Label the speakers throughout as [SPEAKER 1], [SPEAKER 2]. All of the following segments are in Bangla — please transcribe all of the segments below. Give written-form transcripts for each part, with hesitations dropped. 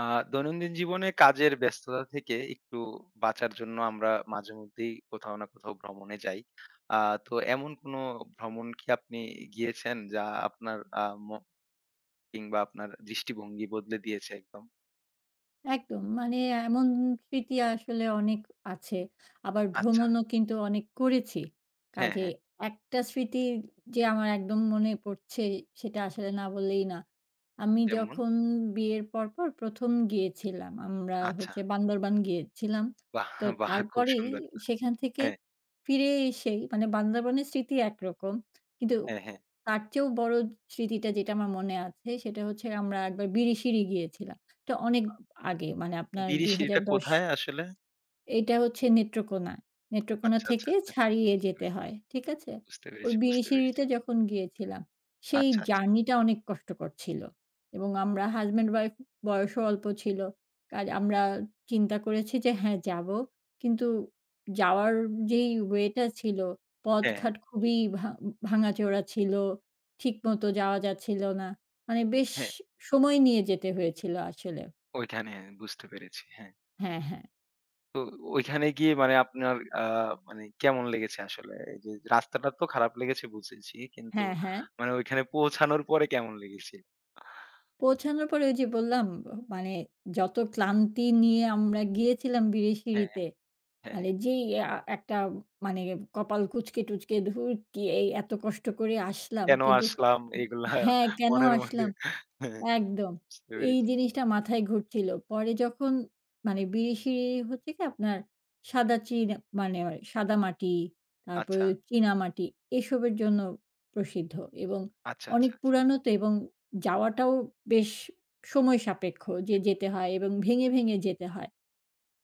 [SPEAKER 1] আ দৈনন্দিন জীবনে কাজের ব্যস্ততা থেকে একটু বাঁচার জন্য আমরা মাঝেমধ্যেই কোথাও না কোথাও ভ্রমণে যাই। আ তো এমন কোনো ভ্রমণ কি আপনি গিয়েছেন যা আপনার আ ম কিংবা আপনার দৃষ্টিভঙ্গি বদলে দিয়েছে একদম?
[SPEAKER 2] একদম। মানে এমন স্মৃতি আসলে অনেক আছে। আবার
[SPEAKER 1] আচ্ছা।
[SPEAKER 2] ভ্রমণও কিন্তু অনেক করেছি।
[SPEAKER 1] হ্যাঁ,
[SPEAKER 2] কাজেই
[SPEAKER 1] হ্যাঁ।
[SPEAKER 2] একটা স্মৃতি যে আমার একদম মনে পড়ছে সেটা আসলে না বললেই না। আমি
[SPEAKER 1] যেমন?
[SPEAKER 2] যখন বিয়ের পরপর ১ম গিয়েছিলাম। আমরা
[SPEAKER 1] আচ্ছা।
[SPEAKER 2] হচ্ছে বান্দরবান গিয়েছিলাম।
[SPEAKER 1] বাহ!
[SPEAKER 2] তো
[SPEAKER 1] বাহ! খুব
[SPEAKER 2] তারপরেই
[SPEAKER 1] সুন্দর।
[SPEAKER 2] সেখান থেকে
[SPEAKER 1] হ্যাঁ,
[SPEAKER 2] ফিরে এসেই মানে বান্দরবানের স্মৃতি একরকম। কিন্তু
[SPEAKER 1] হ্যাঁ, হ্যাঁ।
[SPEAKER 2] তার চেয়েও বড় স্মৃতিটা যেটা আমার মনে আছে সেটা হচ্ছে আমরা একবার বিরিশিরি গিয়েছিলাম। এটা অনেক আগে মানে আপনার
[SPEAKER 1] দিরিশিলিটা
[SPEAKER 2] ২০১০।
[SPEAKER 1] কোথায় আসলে?
[SPEAKER 2] এইটা হচ্ছে নেত্রকোনা। নেত্রকোনা
[SPEAKER 1] আচ্ছা, আচ্ছা,
[SPEAKER 2] থেকে
[SPEAKER 1] আচ্ছা, আচ্ছা।
[SPEAKER 2] ছাড়িয়ে
[SPEAKER 1] বুঝতে
[SPEAKER 2] যেতে
[SPEAKER 1] পেরেছি,
[SPEAKER 2] হয়। ঠিক আছে?
[SPEAKER 1] বুঝতে
[SPEAKER 2] ওই
[SPEAKER 1] পেরেছি, বুঝতে পেরেছি।
[SPEAKER 2] বিরিশিরিতে যখন গিয়েছিলাম, সেই
[SPEAKER 1] আচ্ছা, আচ্ছা।
[SPEAKER 2] জার্নিটা অনেক কষ্টকর ছিল। এবং আমরা হাসব্যান্ড ওয়াইফ বয়সও অল্প ছিল। কাজ আমরা চিন্তা করেছি যে হ্যাঁ, যাবো। কিন্তু যাওয়ার যেই ওয়েটা ছিল,
[SPEAKER 1] হ্যাঁ, হ্যাঁ,
[SPEAKER 2] পথঘাট খুবই ভা ভাঙাচোরা ছিল। ঠিকমতো যাওয়া যাচ্ছিল না। মানে বেশ
[SPEAKER 1] হ্যাঁ।
[SPEAKER 2] সময় নিয়ে যেতে হয়েছিল আসলে।
[SPEAKER 1] ওইখানে বুঝতে পেরেছি। হ্যাঁ।
[SPEAKER 2] হ্যাঁ, হ্যাঁ।
[SPEAKER 1] তো ওইখানে গিয়ে মানে আপনার মানে কেমন লেগেছে আসলে? এই যে রাস্তাটা তো খারাপ লেগেছে বুঝেছি। কিন্তু
[SPEAKER 2] হ্যাঁ, হ্যাঁ।
[SPEAKER 1] মানে ওইখানে পৌঁছানোর পরে কেমন লেগেছিল?
[SPEAKER 2] পৌঁছানোর পরে ওই যে বললাম মানে যত ক্লান্তি নিয়ে আমরা গিয়েছিলাম
[SPEAKER 1] হ্যাঁ,
[SPEAKER 2] বিরিশিরিতে,
[SPEAKER 1] হ্যাঁ, হ্যাঁ,
[SPEAKER 2] মানে
[SPEAKER 1] হ্যাঁ।
[SPEAKER 2] যেই একটা মানে কপাল কুঁচকে-টুচকে ধুর কি এই এত কষ্ট করে আসলাম।
[SPEAKER 1] কেন
[SPEAKER 2] কিন্তু
[SPEAKER 1] আসলাম এগুলা
[SPEAKER 2] হ্যাঁ, কেন
[SPEAKER 1] মনের মধ্যে
[SPEAKER 2] আসলাম?
[SPEAKER 1] হ্যাঁ,
[SPEAKER 2] একদম।
[SPEAKER 1] বুঝতে
[SPEAKER 2] এই
[SPEAKER 1] পেরেছি।
[SPEAKER 2] জিনিসটা মাথায় ঘুরছিল। পরে যখন মানে বিরিশিরি হচ্ছে কি আপনার সাদা চীন মানে সাদা মাটি, তারপরে
[SPEAKER 1] আচ্ছা,
[SPEAKER 2] চীনামাটি এসবের জন্য প্রসিদ্ধ এবং
[SPEAKER 1] আচ্ছা, আচ্ছা,
[SPEAKER 2] অনেক
[SPEAKER 1] আচ্ছা।
[SPEAKER 2] পুরানো তো এবং যাওয়াটাও বেশ সময় সাপেক্ষ যে যেতে হয় এবং ভেঙে, ভেঙে যেতে হয়।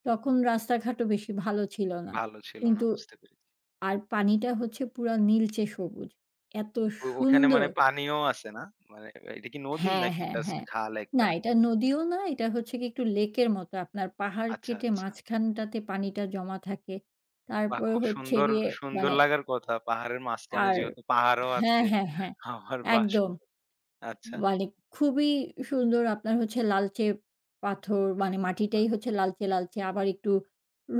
[SPEAKER 2] তখন রাস্তাঘাটও বেশি ভালো ছিল না।
[SPEAKER 1] ভালো ছিল না
[SPEAKER 2] কিন্তু
[SPEAKER 1] বুঝতে পেরেছি।
[SPEAKER 2] আর পানিটা হচ্ছে পুরা নীলচে সবুজ। এত
[SPEAKER 1] ও ওখানে মানে
[SPEAKER 2] সুন্দর!
[SPEAKER 1] পানিও আছে না? মানে এটা কি নদী
[SPEAKER 2] হ্যাঁ,
[SPEAKER 1] নাকি
[SPEAKER 2] হ্যাঁ,
[SPEAKER 1] জাস্ট
[SPEAKER 2] হ্যাঁ।
[SPEAKER 1] খাল
[SPEAKER 2] না
[SPEAKER 1] একটা?
[SPEAKER 2] এটা নদীও না, এটা হচ্ছে গিয়ে একটু লেকের মতো। আপনার পাহাড়
[SPEAKER 1] আচ্ছা,
[SPEAKER 2] কেটে
[SPEAKER 1] আচ্ছা।
[SPEAKER 2] মাঝখানটাতে পানিটা জমা থাকে।
[SPEAKER 1] বাহ!
[SPEAKER 2] তারপরে
[SPEAKER 1] খুব
[SPEAKER 2] হচ্ছে
[SPEAKER 1] সুন্দর,
[SPEAKER 2] গিয়ে
[SPEAKER 1] সুন্দর
[SPEAKER 2] মানে
[SPEAKER 1] লাগার কথা। পাহাড়ের মাঝখানে
[SPEAKER 2] আর
[SPEAKER 1] যেহেতু পাহাড়ও
[SPEAKER 2] হ্যাঁ,
[SPEAKER 1] আছে।
[SPEAKER 2] হ্যাঁ, হ্যাঁ।
[SPEAKER 1] আবার বাহ!
[SPEAKER 2] একদম।
[SPEAKER 1] সুন্দর আচ্ছা।
[SPEAKER 2] মানে খুবই সুন্দর আপনার হচ্ছে লালচে পাথর মানে
[SPEAKER 1] বাহ!
[SPEAKER 2] মাটিটাই হচ্ছে লালচে, লালচে আবার একটু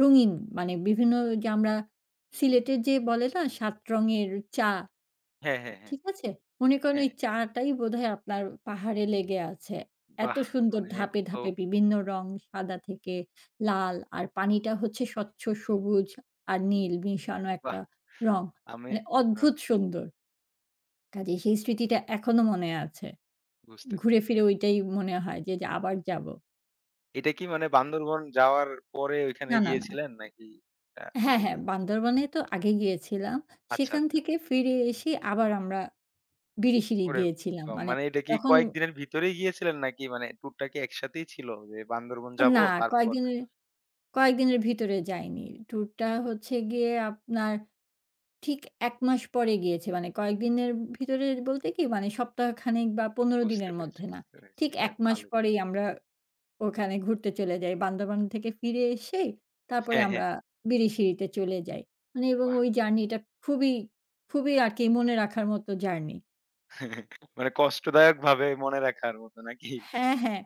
[SPEAKER 2] রঙিন। মানে বিভিন্ন যে আমরা সিলেটের যে বলে না ৭ রঙের চা,
[SPEAKER 1] হ্যাঁ, হ্যাঁ, হ্যাঁ,
[SPEAKER 2] ঠিক আছে? মনে করেন ওই
[SPEAKER 1] হ্যাঁ।
[SPEAKER 2] চা টাই বোধহয় আপনার পাহাড়ে লেগে আছে। এত
[SPEAKER 1] বাহ!
[SPEAKER 2] সুন্দর
[SPEAKER 1] মানে এটা
[SPEAKER 2] ধাপে,
[SPEAKER 1] তো
[SPEAKER 2] ধাপে বিভিন্ন রং সাদা থেকে লাল আর পানিটা হচ্ছে স্বচ্ছ সবুজ আর নীল মিশানো একটা
[SPEAKER 1] বাহ!
[SPEAKER 2] রং।
[SPEAKER 1] আমি
[SPEAKER 2] মানে
[SPEAKER 1] আ
[SPEAKER 2] অদ্ভুত সুন্দর। কাজেই সেই স্মৃতিটা এখনো মনে আছে।
[SPEAKER 1] বুঝতে
[SPEAKER 2] ঘুরে
[SPEAKER 1] পেরেছি।
[SPEAKER 2] ফিরে ওইটাই মনে হয় যে, যে আবার যাবো।
[SPEAKER 1] এটা কি মানে বান্দরবন যাওয়ার পরে ওইখানে
[SPEAKER 2] না, না, না।
[SPEAKER 1] গিয়েছিলেন নাকি আ
[SPEAKER 2] হ্যাঁ, হ্যাঁ,
[SPEAKER 1] আগে?
[SPEAKER 2] বান্দরবনে তো আগে গিয়েছিলাম।
[SPEAKER 1] আচ্ছা,
[SPEAKER 2] সেখান
[SPEAKER 1] আচ্ছা।
[SPEAKER 2] থেকে ফিরে এসে আবার আমরা বিরিশিরি
[SPEAKER 1] ওরে
[SPEAKER 2] গিয়েছিলাম।
[SPEAKER 1] বা!
[SPEAKER 2] মানে
[SPEAKER 1] মানে এটা কি
[SPEAKER 2] তখন
[SPEAKER 1] কয়েকদিনের ভিতরেই গিয়েছিলেন নাকি মানে ট্যুরটা কি একসাথেই ছিল যে বান্দরবন যাবো
[SPEAKER 2] না
[SPEAKER 1] তারপর
[SPEAKER 2] কয়েকদিনের কয়েকদিনের ভিতরে যাইনি। ট্যুরটা হচ্ছে গিয়ে আপনার ঠিক ১ মাস পরে গিয়েছে। মানে কয়েকদিনের ভিতরে বলতে কি মানে সপ্তাহখানেক বা ১৫
[SPEAKER 1] বুঝতে
[SPEAKER 2] দিনের
[SPEAKER 1] পেরেছি,
[SPEAKER 2] মধ্যে না।
[SPEAKER 1] বুঝতে পেরেছি।
[SPEAKER 2] ঠিক ১
[SPEAKER 1] যাক
[SPEAKER 2] মাস
[SPEAKER 1] ভালোই।
[SPEAKER 2] পরেই আমরা ওখানে ঘুরতে চলে যাই। বান্দরবান থেকে ফিরে এসে তারপরে
[SPEAKER 1] হ্যাঁ, হ্যাঁ।
[SPEAKER 2] আমরা বিরিশিরিতে চলে যাই। মানে এবং
[SPEAKER 1] বাহ!
[SPEAKER 2] ওই জার্নিটা খুবই, খুবই আরকি মনে রাখার মতো জার্নি।
[SPEAKER 1] মানে কষ্টদায়ক ভাবে মনে রাখার মতো নাকি?
[SPEAKER 2] হ্যাঁ, হ্যাঁ।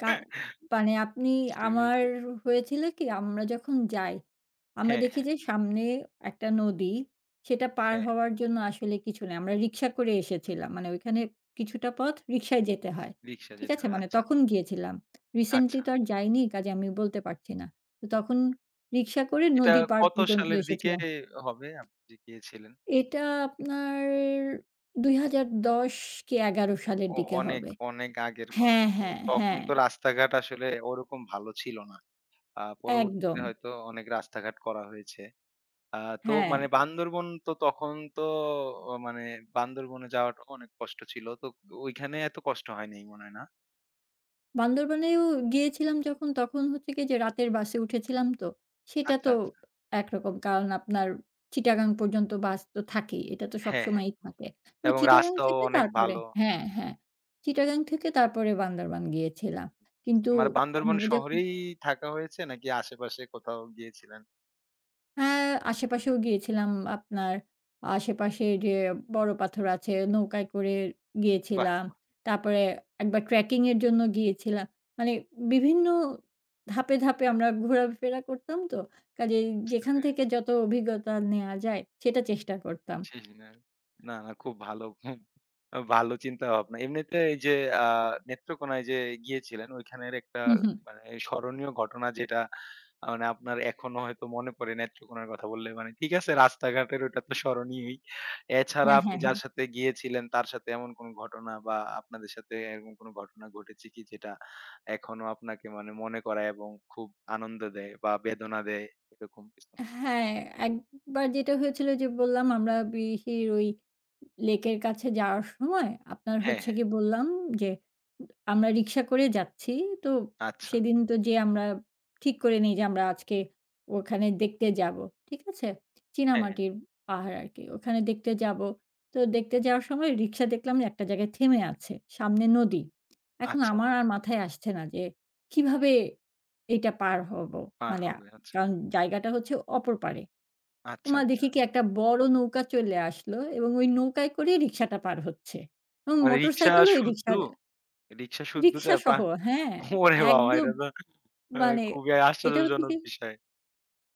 [SPEAKER 2] কা মানে আপনি
[SPEAKER 1] বুঝতে
[SPEAKER 2] আমার
[SPEAKER 1] পেরেছি।
[SPEAKER 2] হয়েছিল কি আমরা যখন যাই আমরা
[SPEAKER 1] হ্যাঁ,
[SPEAKER 2] দেখি
[SPEAKER 1] হ্যাঁ,
[SPEAKER 2] যে সামনে একটা নদী, সেটা পার
[SPEAKER 1] হ্যাঁ।
[SPEAKER 2] হওয়ার জন্য আসলে কিছু নেই। আমরা রিক্সা করে এসেছিলাম। মানে ওইখানে কিছুটা পথ রিক্সায় যেতে হয়।
[SPEAKER 1] রিক্সা
[SPEAKER 2] ঠিক
[SPEAKER 1] যেতে
[SPEAKER 2] আছে?
[SPEAKER 1] হয়।
[SPEAKER 2] মানে
[SPEAKER 1] আচ্ছা,
[SPEAKER 2] তখন গিয়েছিলাম। রিসেন্টলি
[SPEAKER 1] আচ্ছা।
[SPEAKER 2] তো আর যাইনি, কাজে আমি বলতে পারছি না। তো তখন রিক্সা করে
[SPEAKER 1] এটা
[SPEAKER 2] নদী পার
[SPEAKER 1] কত
[SPEAKER 2] পর্যন্ত
[SPEAKER 1] সালের দিকে
[SPEAKER 2] এসেছিলাম।
[SPEAKER 1] হবে আপনি যে গিয়েছিলেন?
[SPEAKER 2] এটা আপনার ২০১০ কি ১১
[SPEAKER 1] অ
[SPEAKER 2] সালের
[SPEAKER 1] অ
[SPEAKER 2] দিকে
[SPEAKER 1] অনেক,
[SPEAKER 2] হবে।
[SPEAKER 1] অনেক আগের
[SPEAKER 2] হ্যাঁ,
[SPEAKER 1] ঘটনা।
[SPEAKER 2] হ্যাঁ,
[SPEAKER 1] তখন
[SPEAKER 2] হ্যাঁ।
[SPEAKER 1] তো রাস্তাঘাট আসলে ওরকম ভালো ছিল না। পরবর্তীতে
[SPEAKER 2] একদম।
[SPEAKER 1] হয়তো অনেক রাস্তাঘাট করা হয়েছে। আ তো
[SPEAKER 2] হ্যাঁ।
[SPEAKER 1] মানে বান্দরবন তো তখন তো মানে বান্দরবনে যাওয়াটাও অনেক কষ্ট ছিল। তো ওইখানে এত কষ্ট হয়নি মনে হয় না?
[SPEAKER 2] বান্দরবানেও গিয়েছিলাম যখন, তখন হচ্ছে কি যে রাতের বাসে উঠেছিলাম তো। সেটা
[SPEAKER 1] আচ্ছা,
[SPEAKER 2] তো
[SPEAKER 1] আচ্ছা।
[SPEAKER 2] একরকম। কারণ আপনার চিটাগাং পর্যন্ত বাস তো থাকেই। এটা তো
[SPEAKER 1] হ্যাঁ, হ্যাঁ।
[SPEAKER 2] সবসময়ই থাকে। তো
[SPEAKER 1] এবং
[SPEAKER 2] চিটাগাং
[SPEAKER 1] রাস্তাও
[SPEAKER 2] থেকে
[SPEAKER 1] অনেক
[SPEAKER 2] তারপরে
[SPEAKER 1] ভালো।
[SPEAKER 2] হ্যাঁ, হ্যাঁ। চিটাগাং থেকে তারপরে বান্দরবান গিয়েছিলাম। কিন্তু
[SPEAKER 1] মানে বান্দরবন
[SPEAKER 2] আমরা যখন
[SPEAKER 1] শহরেই থাকা হয়েছে নাকি আশেপাশে কোথাও গিয়েছিলেন?
[SPEAKER 2] হ্যাঁ, আশেপাশেও গিয়েছিলাম আপনার আশেপাশে যে বড় পাথর আছে নৌকায় করে
[SPEAKER 1] বাহ!
[SPEAKER 2] গিয়েছিলাম।
[SPEAKER 1] বাহ!
[SPEAKER 2] তারপরে একবার ট্রেকিং এর জন্য গিয়েছিলাম। মানে বিভিন্ন ধাপে, ধাপে আমরা ঘোরাফেরা করতাম তো। কাজেই
[SPEAKER 1] বুঝতে
[SPEAKER 2] যেখান থেকে
[SPEAKER 1] পেরেছি।
[SPEAKER 2] যত অভিজ্ঞতা নেয়া যায় সেটা চেষ্টা করতাম।
[SPEAKER 1] শেষ দিনের না, না খুব ভালো ভালো চিন্তাভাবনা। এমনিতে এই যে আ নেত্রকোনায় যে গিয়েছিলেন ওইখানের একটা
[SPEAKER 2] হুম, হুম।
[SPEAKER 1] মানে স্মরণীয় ঘটনা যেটা মানে আপনার এখনো হয়তো মনে পড়ে নেত্রকোনার কথা বললে মানে ঠিক আছে রাস্তাঘাটের ওটা তো স্মরণীয়ই। এছাড়া
[SPEAKER 2] হ্যাঁ,
[SPEAKER 1] আপনি
[SPEAKER 2] হ্যাঁ, হ্যাঁ।
[SPEAKER 1] যার সাথে গিয়েছিলেন তার সাথে এমন কোন ঘটনা বা আপনাদের সাথে এরকম কোন ঘটনা ঘটেছে কি যেটা এখনো আপনাকে মানে মনে করায় এবং খুব আনন্দ দেয় বা বেদনা দেয় এরকম কিছু?
[SPEAKER 2] হ্যাঁ, একবার যেটা হয়েছিল যে বললাম আমরা পিহির ওই লেকের কাছে যাওয়ার সময় আপনার
[SPEAKER 1] হ্যাঁ,
[SPEAKER 2] হচ্ছে
[SPEAKER 1] হ্যাঁ।
[SPEAKER 2] গিয়ে বললাম যে, আমরা রিক্সা করে যাচ্ছি। তো
[SPEAKER 1] আচ্ছা।
[SPEAKER 2] সেদিন তো যেয়ে আমরা ঠিক করে নিই যে আমরা আজকে ওখানে দেখতে যাবো। ঠিক আছে?
[SPEAKER 1] হ্যাঁ, হ্যাঁ।
[SPEAKER 2] চীনামাটির পাহাড় আরকি। ওখানে দেখতে যাবো। তো দেখতে যাওয়ার সময় রিক্সা দেখলাম যে একটা জায়গায় থেমে আছে। সামনে নদী। এখন
[SPEAKER 1] আচ্ছা।
[SPEAKER 2] আমার আর মাথায় আসছে না যে কিভাবে এইটা পার হবো?
[SPEAKER 1] পার
[SPEAKER 2] মানে
[SPEAKER 1] হবে। আচ্ছা,
[SPEAKER 2] কারণ জায়গাটা হচ্ছে অপর পারে।
[SPEAKER 1] আচ্ছা,
[SPEAKER 2] ওমা!
[SPEAKER 1] আচ্ছা।
[SPEAKER 2] দেখি কি একটা বড় নৌকা চলে আসলো এবং ওই নৌকায় করেই রিক্সাটা পার হচ্ছে। এবং
[SPEAKER 1] মানে রিক্সা
[SPEAKER 2] মোটরসাইকেল ওই
[SPEAKER 1] শুদ্ধ?
[SPEAKER 2] রিক্সার
[SPEAKER 1] রিক্সা শুদ্ধ যা পা
[SPEAKER 2] রিক্সাসহ হ্যাঁ,
[SPEAKER 1] ওরে বাবা!
[SPEAKER 2] একদম
[SPEAKER 1] এটা তো আ
[SPEAKER 2] মানে
[SPEAKER 1] খুবই
[SPEAKER 2] এটা হচ্ছে
[SPEAKER 1] আশ্চর্যজনক
[SPEAKER 2] কি
[SPEAKER 1] বিষয়।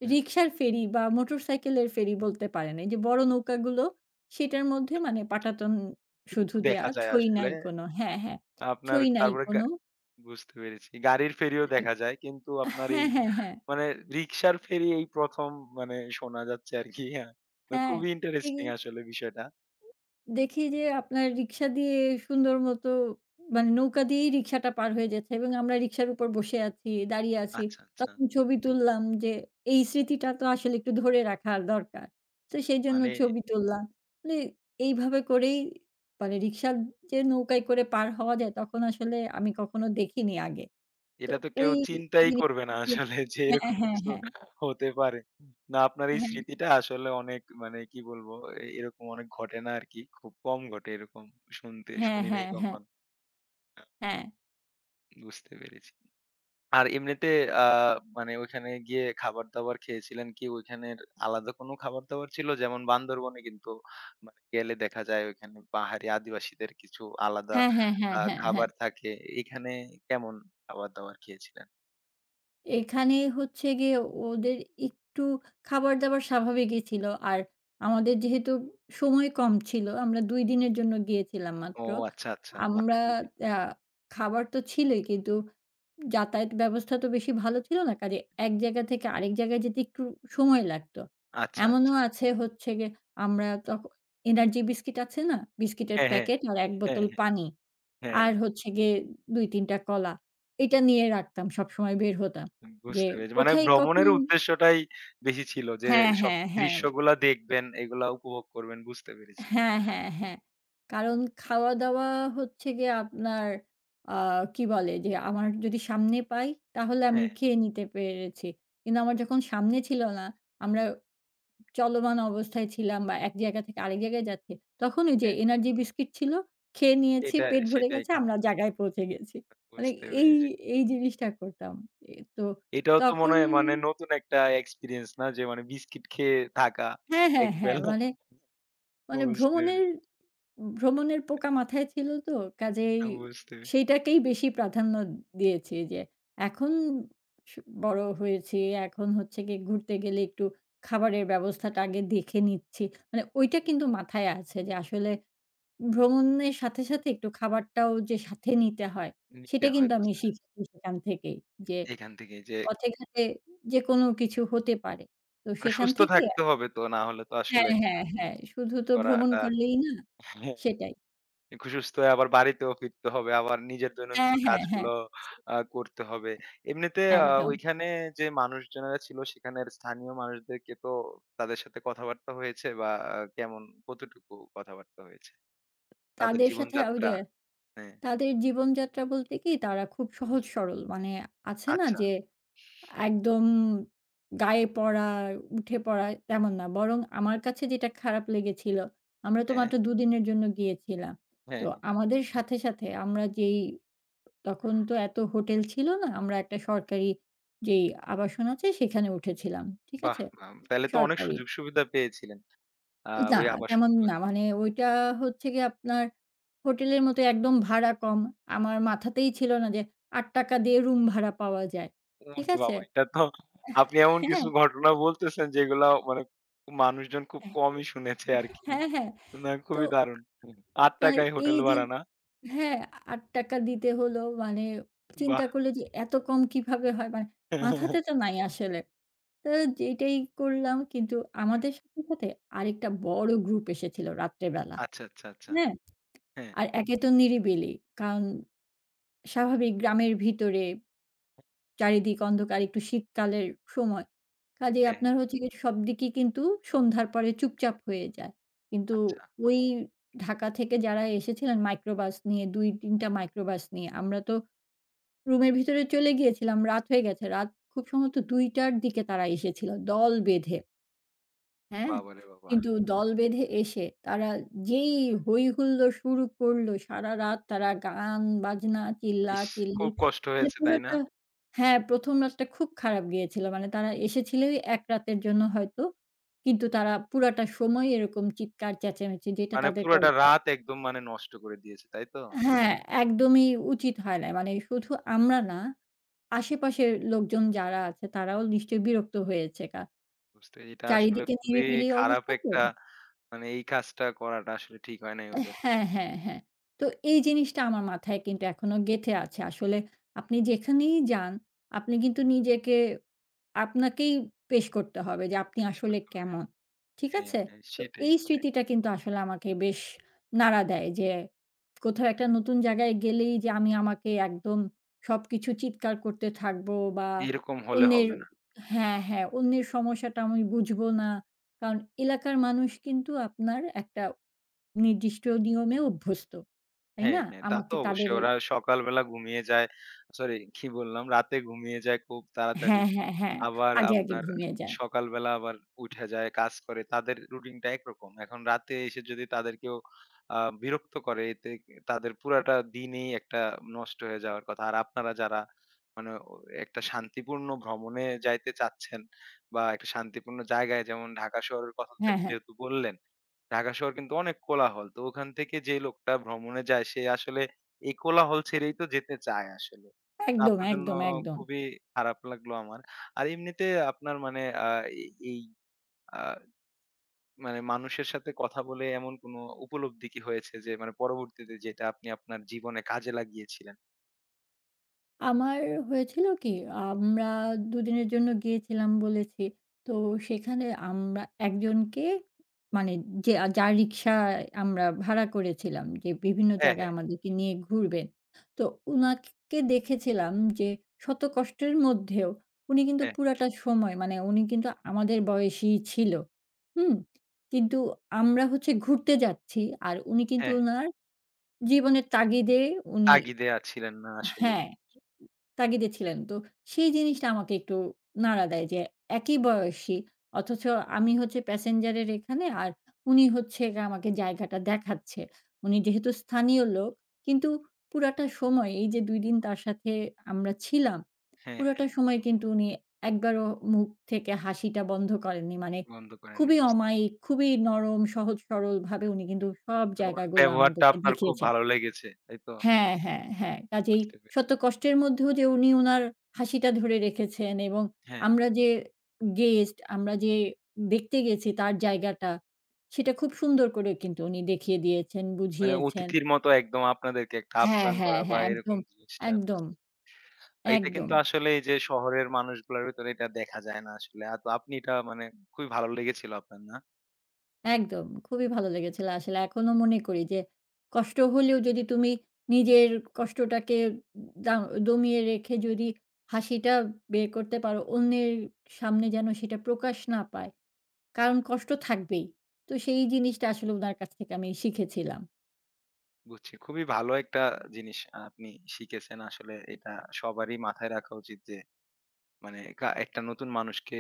[SPEAKER 1] হ্যাঁ,
[SPEAKER 2] রিক্সার ফেরি বা মোটরসাইকেলের ফেরি বলতে পারেন। এই যে বড় নৌকাগুলো সেটার মধ্যে মানে পাটাতন
[SPEAKER 1] কিন্তু
[SPEAKER 2] শুধু দেয়া,
[SPEAKER 1] দেখা যায়
[SPEAKER 2] ছই
[SPEAKER 1] আসলে
[SPEAKER 2] নাই কোনো হ্যাঁ, হ্যাঁ।
[SPEAKER 1] আপনার
[SPEAKER 2] ছই নাই
[SPEAKER 1] তারপরে গা
[SPEAKER 2] কোনো।
[SPEAKER 1] বুঝতে পেরেছি। গাড়ির ফেরিও
[SPEAKER 2] হ্যাঁ,
[SPEAKER 1] দেখা যায়। কিন্তু আপনার এই
[SPEAKER 2] হ্যাঁ, হ্যাঁ, হ্যাঁ।
[SPEAKER 1] মানে রিক্সার ফেরি এই ১ম মানে শোনা যাচ্ছে আরকি। হ্যাঁ। তো খুবই ইন্টারেস্টিং
[SPEAKER 2] হ্যাঁ,
[SPEAKER 1] আসলে বিষয়টা।
[SPEAKER 2] দেখি যে আপনার রিক্সা দিয়ে সুন্দর মতো মানে নৌকা দিয়েই রিক্সাটা পার হয়ে যাচ্ছে এবং আমরা রিক্সার উপর বসে আছি, দাঁড়িয়ে আছি।
[SPEAKER 1] আচ্ছা, আচ্ছা।
[SPEAKER 2] তখন ছবি তুললাম যে এই স্মৃতিটা তো আসলে একটু ধরে রাখার দরকার। তো সেইজন্য
[SPEAKER 1] মানে
[SPEAKER 2] ছবি তুললাম। মানে এইভাবে করেই মানে রিক্সার যে নৌকায় করে পার হওয়া যায় তখন আসলে আমি কখনো দেখিনি আগে। তো
[SPEAKER 1] এটা তো কেউ
[SPEAKER 2] ওই
[SPEAKER 1] চিন্তাই
[SPEAKER 2] জিনিসটা
[SPEAKER 1] করবে না আসলে যে
[SPEAKER 2] হ্যাঁ,
[SPEAKER 1] এরকম
[SPEAKER 2] হ্যাঁ,
[SPEAKER 1] কিছু
[SPEAKER 2] হ্যাঁ।
[SPEAKER 1] হতে পারে। না আপনার এই
[SPEAKER 2] হ্যাঁ,
[SPEAKER 1] স্মৃতিটা আসলে অনেক মানে কি বলবো এরকম অনেক ঘটে না আরকি। খুব কম ঘটে এরকম শুনতে
[SPEAKER 2] হ্যাঁ,
[SPEAKER 1] শুনি নাই
[SPEAKER 2] হ্যাঁ, হ্যাঁ,
[SPEAKER 1] কখনো।
[SPEAKER 2] হ্যাঁ।
[SPEAKER 1] বুঝতে পেরেছি। আর এমনিতে আ মানে ওইখানে গিয়ে খাবার-দাবার খেয়েছিলেন কি ওইখানের আলাদা কোনো খাবার-দাবার ছিল? যেমন বান্দরবনে কিন্তু মানে গেলে দেখা যায় ওইখানে পাহাড়ি আদিবাসীদের কিছু আলাদা
[SPEAKER 2] হ্যাঁ, হ্যাঁ, হ্যাঁ, হ্যাঁ, হ্যাঁ।
[SPEAKER 1] খাবার থাকে। এখানে কেমন খাবার-দাবার খেয়েছিলেন?
[SPEAKER 2] এখানে হচ্ছে গিয়ে ওদের একটু খাবার-দাবার স্বাভাবিকই ছিল। আর আমাদের যেহেতু সময় কম ছিল, আমরা ২ দিনের জন্য গিয়েছিলাম
[SPEAKER 1] ও
[SPEAKER 2] মাত্র।
[SPEAKER 1] আচ্ছা, আচ্ছা।
[SPEAKER 2] আমরা
[SPEAKER 1] মাছ-
[SPEAKER 2] আ খাবার তো ছিলই কিন্তু যাতায়াত ব্যবস্থা তো বেশি ভালো ছিল না। কাজে এক জায়গা থেকে আরেক জায়গায় যেতে একটু সময় লাগতো।
[SPEAKER 1] আচ্ছা,
[SPEAKER 2] এমনও
[SPEAKER 1] আচ্ছা।
[SPEAKER 2] আছে হচ্ছে গিয়ে আমরা এনার্জি বিস্কিট আছে না? বিস্কিটের
[SPEAKER 1] হ্যাঁ, হ্যাঁ,
[SPEAKER 2] প্যাকেট আর ১
[SPEAKER 1] হ্যাঁ, হ্যাঁ,
[SPEAKER 2] বোতল পানি।
[SPEAKER 1] হ্যাঁ।
[SPEAKER 2] আর হচ্ছে গিয়ে ২-৩ টা কলা। এটা নিয়ে রাখতাম। সবসময় বের হতাম।
[SPEAKER 1] হ্যাঁ,
[SPEAKER 2] যে
[SPEAKER 1] বুঝতে পেরেছি। মানে
[SPEAKER 2] কোথায় কখন
[SPEAKER 1] ভ্রমণের উদ্দেশ্যটাই বেশি ছিল যে
[SPEAKER 2] হ্যাঁ,
[SPEAKER 1] সব
[SPEAKER 2] হ্যাঁ, হ্যাঁ।
[SPEAKER 1] দৃশ্যগুলা দেখবেন, এগুলা উপভোগ করবেন বুঝতে পেরেছি।
[SPEAKER 2] হ্যাঁ, হ্যাঁ, হ্যাঁ। কারণ খাওয়া-দাওয়া হচ্ছে গিয়ে আপনার আ কি বলে? যে আমার যদি সামনে পাই তাহলে আমি
[SPEAKER 1] হ্যাঁ,
[SPEAKER 2] খেয়ে নিতে পেরেছি। কিন্তু আমার যখন সামনে ছিল না, আমরা চলমান অবস্থায় ছিলাম বা এক জায়গা থেকে আরেক জায়গায় যাচ্ছি, তখন ওই যে
[SPEAKER 1] হ্যাঁ।
[SPEAKER 2] এনার্জি বিস্কিট ছিল, খেয়ে নিয়েছি,
[SPEAKER 1] এটা
[SPEAKER 2] পেট ভরে
[SPEAKER 1] সেটাই
[SPEAKER 2] গেছে,
[SPEAKER 1] খারাপ।
[SPEAKER 2] আমরা জায়গায় পৌঁছে গেছি। মানে
[SPEAKER 1] বুঝতে
[SPEAKER 2] এই,
[SPEAKER 1] পেরেছি।
[SPEAKER 2] এই জিনিসটা করতাম। এ তো
[SPEAKER 1] এটাও তো মনে
[SPEAKER 2] তখন
[SPEAKER 1] হয় মানে নতুন একটা এক্সপেরিয়েন্স না যে মানে বিস্কিট খেয়ে থাকা
[SPEAKER 2] হ্যাঁ, হ্যাঁ, হ্যাঁ।
[SPEAKER 1] একবেলা।
[SPEAKER 2] মানে, মানে
[SPEAKER 1] বুঝতে
[SPEAKER 2] ভ্রমণের,
[SPEAKER 1] পেরেছি,
[SPEAKER 2] ভ্রমণের পোকা মাথায় ছিল তো কাজেই
[SPEAKER 1] বুঝতে পেরেছি।
[SPEAKER 2] সেইটাকেই বেশি প্রাধান্য দিয়েছি যে এখন স বড় হয়েছি, এখন হচ্ছে গিয়ে ঘুরতে গেলে একটু খাবারের ব্যবস্থাটা আগে দেখে নিচ্ছি। মানে ওইটা কিন্তু মাথায় আছে যে আসলে ভ্রমণের সাথে, সাথে একটু খাবারটাও যে সাথে নিতে হয়, সেটা
[SPEAKER 1] নিতে হয়
[SPEAKER 2] কিন্তু আমি
[SPEAKER 1] বুঝতে পেরেছি।
[SPEAKER 2] শিখেছি সেখান থেকেই। যে
[SPEAKER 1] এখান থেকে যে
[SPEAKER 2] পথে ঘাটে যেকোনো কিছু হতে পারে। তো
[SPEAKER 1] মানে
[SPEAKER 2] সেখান
[SPEAKER 1] সুস্থ
[SPEAKER 2] থেকে
[SPEAKER 1] থাকতে হবে তো না হলে তো আসলে
[SPEAKER 2] হ্যাঁ, হ্যাঁ, হ্যাঁ। শুধু তো ভ্রমণ
[SPEAKER 1] করাটা
[SPEAKER 2] করলেই না, সেটাই।
[SPEAKER 1] সুস্থ হয়ে আবার বাড়িতেও ফিরতে হবে। আবার নিজের
[SPEAKER 2] হ্যাঁ,
[SPEAKER 1] দৈনন্দিন
[SPEAKER 2] হ্যাঁ, হ্যাঁ,
[SPEAKER 1] কাজগুলো করতে হবে। এমনিতে
[SPEAKER 2] একদম।
[SPEAKER 1] ওইখানে যে মানুষজনেরা ছিল সেখানের স্থানীয় মানুষদেরকে তো তাদের সাথে কথাবার্তা হয়েছে বা কেমন কতটুকু কথাবার্তা হয়েছে? তাদের
[SPEAKER 2] তাদের সাথে ওই
[SPEAKER 1] জীবনযাত্রা
[SPEAKER 2] যে
[SPEAKER 1] হ্যাঁ,
[SPEAKER 2] তাদের জীবনযাত্রা বলতে কি তারা খুব সহজ সরল। মানে আছে না
[SPEAKER 1] আচ্ছা।
[SPEAKER 2] যে একদম গায়ে পড়া, উঠে পড়া তেমন না। বরং আমার কাছে যেটা খারাপ লেগেছিল, আমরা তো
[SPEAKER 1] হ্যাঁ,
[SPEAKER 2] মাত্র ২ দিনের জন্য গিয়েছিলাম। তো
[SPEAKER 1] হ্যাঁ, হ্যাঁ।
[SPEAKER 2] আমাদের সাথে, সাথে আমরা যেই তখন তো এত হোটেল ছিল না। আমরা একটা সরকারি যেই আবাসন আছে সেখানে উঠেছিলাম। ঠিক
[SPEAKER 1] বাহ!
[SPEAKER 2] আছে?
[SPEAKER 1] বাহ! তাইলে তো অনেক
[SPEAKER 2] সরকারি।
[SPEAKER 1] সুযোগ সুবিধা পেয়েছিলেন। আ
[SPEAKER 2] না,
[SPEAKER 1] ওই আবাসন
[SPEAKER 2] তেমন না। মানে ওইটা হচ্ছে গিয়ে আপনার হোটেলের মতো একদম ভাড়া কম। আমার মাথাতেই ছিল না যে ৳৮ টাকা দিয়ে রুম ভাড়া পাওয়া যায়। ঠিক
[SPEAKER 1] ওরে
[SPEAKER 2] আছে?
[SPEAKER 1] বাবা! এটা তো আপনি এমন কিছু ঘটনা বলতেছেন যেগুলা মানে মানুষজন খুব
[SPEAKER 2] হ্যাঁ।
[SPEAKER 1] কমই শুনেছে আরকি।
[SPEAKER 2] হ্যাঁ, হ্যাঁ।
[SPEAKER 1] না
[SPEAKER 2] তো
[SPEAKER 1] খুবই দারুণ। ৳৮
[SPEAKER 2] মানে
[SPEAKER 1] য়
[SPEAKER 2] এই
[SPEAKER 1] হোটেল
[SPEAKER 2] যে
[SPEAKER 1] ভাড়া না?
[SPEAKER 2] হ্যাঁ, ৳৮ টাকা দিতে হলো মানে
[SPEAKER 1] বাহ!
[SPEAKER 2] চিন্তা করলে যে এত কম কিভাবে হয়? মানে মাথাতে তো নাই আসলে। তো যেটাই করলাম কিন্তু আমাদের সাথে, সাথে আরেকটা বড় গ্রুপ এসেছিল রাত্রে বেলা।
[SPEAKER 1] আচ্ছা, আচ্ছা, আচ্ছা।
[SPEAKER 2] হ্যাঁ?
[SPEAKER 1] হ্যাঁ,
[SPEAKER 2] আর একে তো নিরিবিলি। কারণ স্বাভাবিক গ্রামের ভিতরে চারিদিক অন্ধকার একটু শীতকালের সময়। কাজেই
[SPEAKER 1] হ্যাঁ, হ্যাঁ।
[SPEAKER 2] আপনার হচ্ছে গিয়ে সবদিকেই কিন্তু সন্ধ্যার পরে চুপচাপ হয়ে যায়। কিন্তু
[SPEAKER 1] আচ্ছা।
[SPEAKER 2] ওই ঢাকা থেকে যারা এসেছিলেন মাইক্রোবাস নিয়ে ২-৩ টা মাইক্রোবাস নিয়ে আমরা তো রুমের ভিতরে চলে গিয়েছিলাম। রাত হয়ে গেছে। রাত খুব সম্ভবত ২ টার দিকে তারা এসেছিল দল বেঁধে। হ্যাঁ?
[SPEAKER 1] বাবারে বাবা!
[SPEAKER 2] কিন্তু দল বেঁধে এসে তারা যেই হই-হুল্লোড় শুরু করলো, সারারাত তারা গান, বাজনা,
[SPEAKER 1] ইস!
[SPEAKER 2] চিল্লাচিল্লি
[SPEAKER 1] খুব কষ্ট
[SPEAKER 2] মানে
[SPEAKER 1] হয়েছে, তাই না?
[SPEAKER 2] পুরোটা হ্যাঁ, ১ম রাতটা খুব খারাপ গিয়েছিল। মানে তারা এসেছিল ওই ১ রাতের জন্য হয়তো। কিন্তু তারা পুরাটা সময় এরকম চিৎকার চেঁচামেচি যেটা
[SPEAKER 1] মানে
[SPEAKER 2] তাদের
[SPEAKER 1] পুরোটা
[SPEAKER 2] করাটা
[SPEAKER 1] রাত একদম মানে নষ্ট করে দিয়েছে, তাই তো?
[SPEAKER 2] হ্যাঁ, একদমই উচিত হয় না। মানে শুধু আমরা না, আশেপাশের লোকজন যারা আছে তারাও নিশ্চয়ই বিরক্ত হয়েছে।
[SPEAKER 1] বুঝতে এটা আসলে
[SPEAKER 2] চারিদিকে
[SPEAKER 1] খুবই
[SPEAKER 2] নিরিবিলি
[SPEAKER 1] খারাপ
[SPEAKER 2] অবস্থা তো।
[SPEAKER 1] একটা মানে এই কাজটা করাটা আসলে ঠিক হয় নাই ওদের।
[SPEAKER 2] হ্যাঁ, হ্যাঁ, হ্যাঁ। তো এই জিনিসটা আমার মাথায় কিন্তু এখনো গেঁথে আছে। আসলে আপনি যেখানেই যান, আপনি কিন্তু নিজেকে আপনাকেই পেশ করতে হবে যে আপনি
[SPEAKER 1] শেষ
[SPEAKER 2] আসলে
[SPEAKER 1] করতে হবে।
[SPEAKER 2] কেমন। ঠিক
[SPEAKER 1] হ্যাঁ,
[SPEAKER 2] আছে?
[SPEAKER 1] হ্যাঁ
[SPEAKER 2] তো
[SPEAKER 1] সেটাই,
[SPEAKER 2] এই
[SPEAKER 1] সেটাই।
[SPEAKER 2] স্মৃতিটা কিন্তু আসলে আমাকে বেশ নাড়া দেয় যে কোথাও একটা নতুন জায়গায় গেলেই যে আমি আমাকে একদম সবকিছু চিৎকার করতে থাকবো বা
[SPEAKER 1] এরকম হলে
[SPEAKER 2] অন্যের
[SPEAKER 1] হবে না।
[SPEAKER 2] হ্যাঁ, হ্যাঁ, অন্যের সমস্যাটা আমি বুঝবো না। কারণ এলাকার মানুষ কিন্তু আপনার একটা নির্দিষ্ট নিয়মে অভ্যস্ত। তাই
[SPEAKER 1] হ্যাঁ,
[SPEAKER 2] না?
[SPEAKER 1] হ্যাঁ, তা
[SPEAKER 2] আমাকে
[SPEAKER 1] তো
[SPEAKER 2] তাদের
[SPEAKER 1] অবশ্যই। ওরা সকালবেলা ঘুমিয়ে যায় সরি কি বললাম? রাতে ঘুমিয়ে যায় খুব তাড়াতাড়ি।
[SPEAKER 2] হ্যাঁ, হ্যাঁ, হ্যাঁ।
[SPEAKER 1] আবার
[SPEAKER 2] আগে, আগে
[SPEAKER 1] আপনার
[SPEAKER 2] ঘুমিয়ে যায়।
[SPEAKER 1] সকালবেলা আবার উইঠা যায়, কাজ করে। তাদের রুটিনটা একরকম। এখন রাতে এসে যদি তাদেরকেও বিরক্ত করে এতে তাদের পুরাটা দিনই একটা নষ্ট হয়ে যাওয়ার কথা। আর আপনারা যারা মানে ও একটা শান্তিপূর্ণ ভ্রমণে যাইতে চাচ্ছেন বা একটা শান্তিপূর্ণ জায়গায় যেমন ঢাকা শহরের কথা যে
[SPEAKER 2] হ্যাঁ, হ্যাঁ।
[SPEAKER 1] যেহেতু বললেন, ঢাকা শহর কিন্তু অনেক কোলাহল। তো ওখান থেকে যে লোকটা ভ্রমণে যায় সে আসলে এই কোলাহল ছেড়েই তো যেতে চায় আসলে।
[SPEAKER 2] একদম,
[SPEAKER 1] আপনার জন্য
[SPEAKER 2] একদম, একদম।
[SPEAKER 1] খুবই খারাপ লাগলো আমার। আর এমনিতে আপনার মানে আ এই এই আ মানে মানুষের সাথে কথা বলে এমন কোনো উপলব্ধি কি হয়েছে যে মানে পরবর্তীতে যেটা আপনি আপনার জীবনে কাজে লাগিয়েছিলেন?
[SPEAKER 2] আমার হয়েছিল কি, আমরা দুদিনের জন্য গিয়েছিলাম বলেছি। তো সেখানে আমরা একজনকে মানে যে যার রিক্সায় আমরা ভাড়া করেছিলাম যে বিভিন্ন
[SPEAKER 1] হ্যাঁ,
[SPEAKER 2] জায়গায়
[SPEAKER 1] হ্যাঁ,
[SPEAKER 2] আমাদেরকে নিয়ে ঘুরবেন। তো উনাকে দেখেছিলাম যে শত কষ্টের মধ্যেও উনি কিন্তু
[SPEAKER 1] হ্যাঁ,
[SPEAKER 2] পুরাটা সময় মানে উনি কিন্তু আমাদের বয়সী ছিল। হুম? কিন্তু আমরা হচ্ছে ঘুরতে যাচ্ছি আর উনি কিন্তু
[SPEAKER 1] হ্যাঁ।
[SPEAKER 2] উনার জীবনের তাগিদে উনি
[SPEAKER 1] তাগিদে আর ছিলেন না আসলেই।
[SPEAKER 2] হ্যাঁ। তাগিদে ছিলেন। তো সেই জিনিসটা আমাকে একটু নাড়া দেয় যে একই বয়সী অথচ আমি হচ্ছে প্যাসেঞ্জারের এখানে আর উনি হচ্ছে গিয়ে আমাকে জায়গাটা দেখাচ্ছে। উনি যেহেতু স্থানীয় লোক কিন্তু পুরাটা সময় এই যে ২ দিন তার সাথে আমরা ছিলাম,
[SPEAKER 1] হ্যাঁ, হ্যাঁ।
[SPEAKER 2] পুরাটা সময় কিন্তু উনি একবারও মুখ থেকে হাসিটা বন্ধ করেননি। মানে
[SPEAKER 1] বন্ধ করেননি,
[SPEAKER 2] খুবই
[SPEAKER 1] বুঝতে পেরেছি।
[SPEAKER 2] অমায়িক, খুবই নরম, সহজ সরলভাবে উনি কিন্তু সব
[SPEAKER 1] মানে উনার
[SPEAKER 2] জায়গাগুলো
[SPEAKER 1] ব্যবহারটা
[SPEAKER 2] আমাদেরকে
[SPEAKER 1] আপনার খুব
[SPEAKER 2] দেখিয়েছেন।
[SPEAKER 1] ভালো লেগেছে, তাই তো?
[SPEAKER 2] হ্যাঁ, হ্যাঁ, হ্যাঁ। কাজেই
[SPEAKER 1] বুঝতে পেরেছি।
[SPEAKER 2] শত কষ্টের মধ্যেও যে উনি উনার হাসিটা ধরে রেখেছেন এবং
[SPEAKER 1] হ্যাঁ,
[SPEAKER 2] আমরা যে গেস্ট, আমরা যে দেখতে গেছি তার জায়গাটা, সেটা খুব সুন্দর করে কিন্তু উনি দেখিয়ে দিয়েছেন,
[SPEAKER 1] মানে
[SPEAKER 2] বুঝিয়েছেন।
[SPEAKER 1] অতিথির মতো একদম আপনাদেরকে একটা
[SPEAKER 2] হ্যাঁ,
[SPEAKER 1] আপ্যায়ন
[SPEAKER 2] হ্যাঁ,
[SPEAKER 1] করা বা
[SPEAKER 2] হ্যাঁ।
[SPEAKER 1] এরকম
[SPEAKER 2] একদম,
[SPEAKER 1] জিনিসটা
[SPEAKER 2] একদম,
[SPEAKER 1] বুঝতে পেরেছি। এটা
[SPEAKER 2] একদম,
[SPEAKER 1] কিন্তু আসলে এই যে শহরের মানুষগুলার ভেতরে এটা দেখা যায় না আসলে। তো আপনি এটা মানে খুবই ভালো লেগেছিল আপনার, না?
[SPEAKER 2] একদম। খুবই ভালো লেগেছিল আসলে। এখনো মনে করি যে কষ্ট হলেও যদি তুমি নিজের কষ্টটাকে দা দমিয়ে রেখে যদি হাসিটা বের করতে পারো, অন্যের সামনে যেন সেটা প্রকাশ না পায় কারণ কষ্ট থাকবেই। তো সেই জিনিসটা আসলে উনার কাছ থেকে আমি শিখেছিলাম।
[SPEAKER 1] বুঝছি। খুবই ভালো একটা জিনিস আপনি শিখেছেন। আসলে এটা সবারই মাথায় রাখা উচিত যে মানে কা একটা নতুন মানুষকে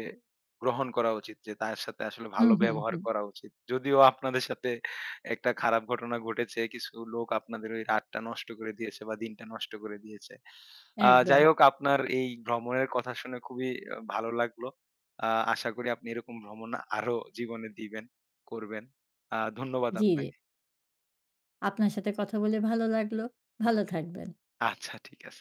[SPEAKER 1] গ্রহণ করা উচিত যে তার সাথে আসলে
[SPEAKER 2] হুম,
[SPEAKER 1] ভালো
[SPEAKER 2] হুম,
[SPEAKER 1] ব্যবহার
[SPEAKER 2] হুম।
[SPEAKER 1] করা উচিত। যদিও আপনাদের সাথে একটা খারাপ ঘটনা ঘটেছে। কিছু লোক আপনাদের ওই রাতটা নষ্ট করে দিয়েছে বা দিনটা নষ্ট করে দিয়েছে।
[SPEAKER 2] একদম।
[SPEAKER 1] যাই হোক আপনার এই ভ্রমণের কথা শুনে খুবই ভালো লাগলো। আ আশা করি আপনি এরকম ভ্রমণ আরো জীবনে দিবেন, করবেন। ধন্যবাদ
[SPEAKER 2] জি, জি।
[SPEAKER 1] আপনাকে।
[SPEAKER 2] আপনার সাথে কথা বলে ভালো লাগলো। ভালো থাকবেন।
[SPEAKER 1] আচ্ছা ঠিক আছে।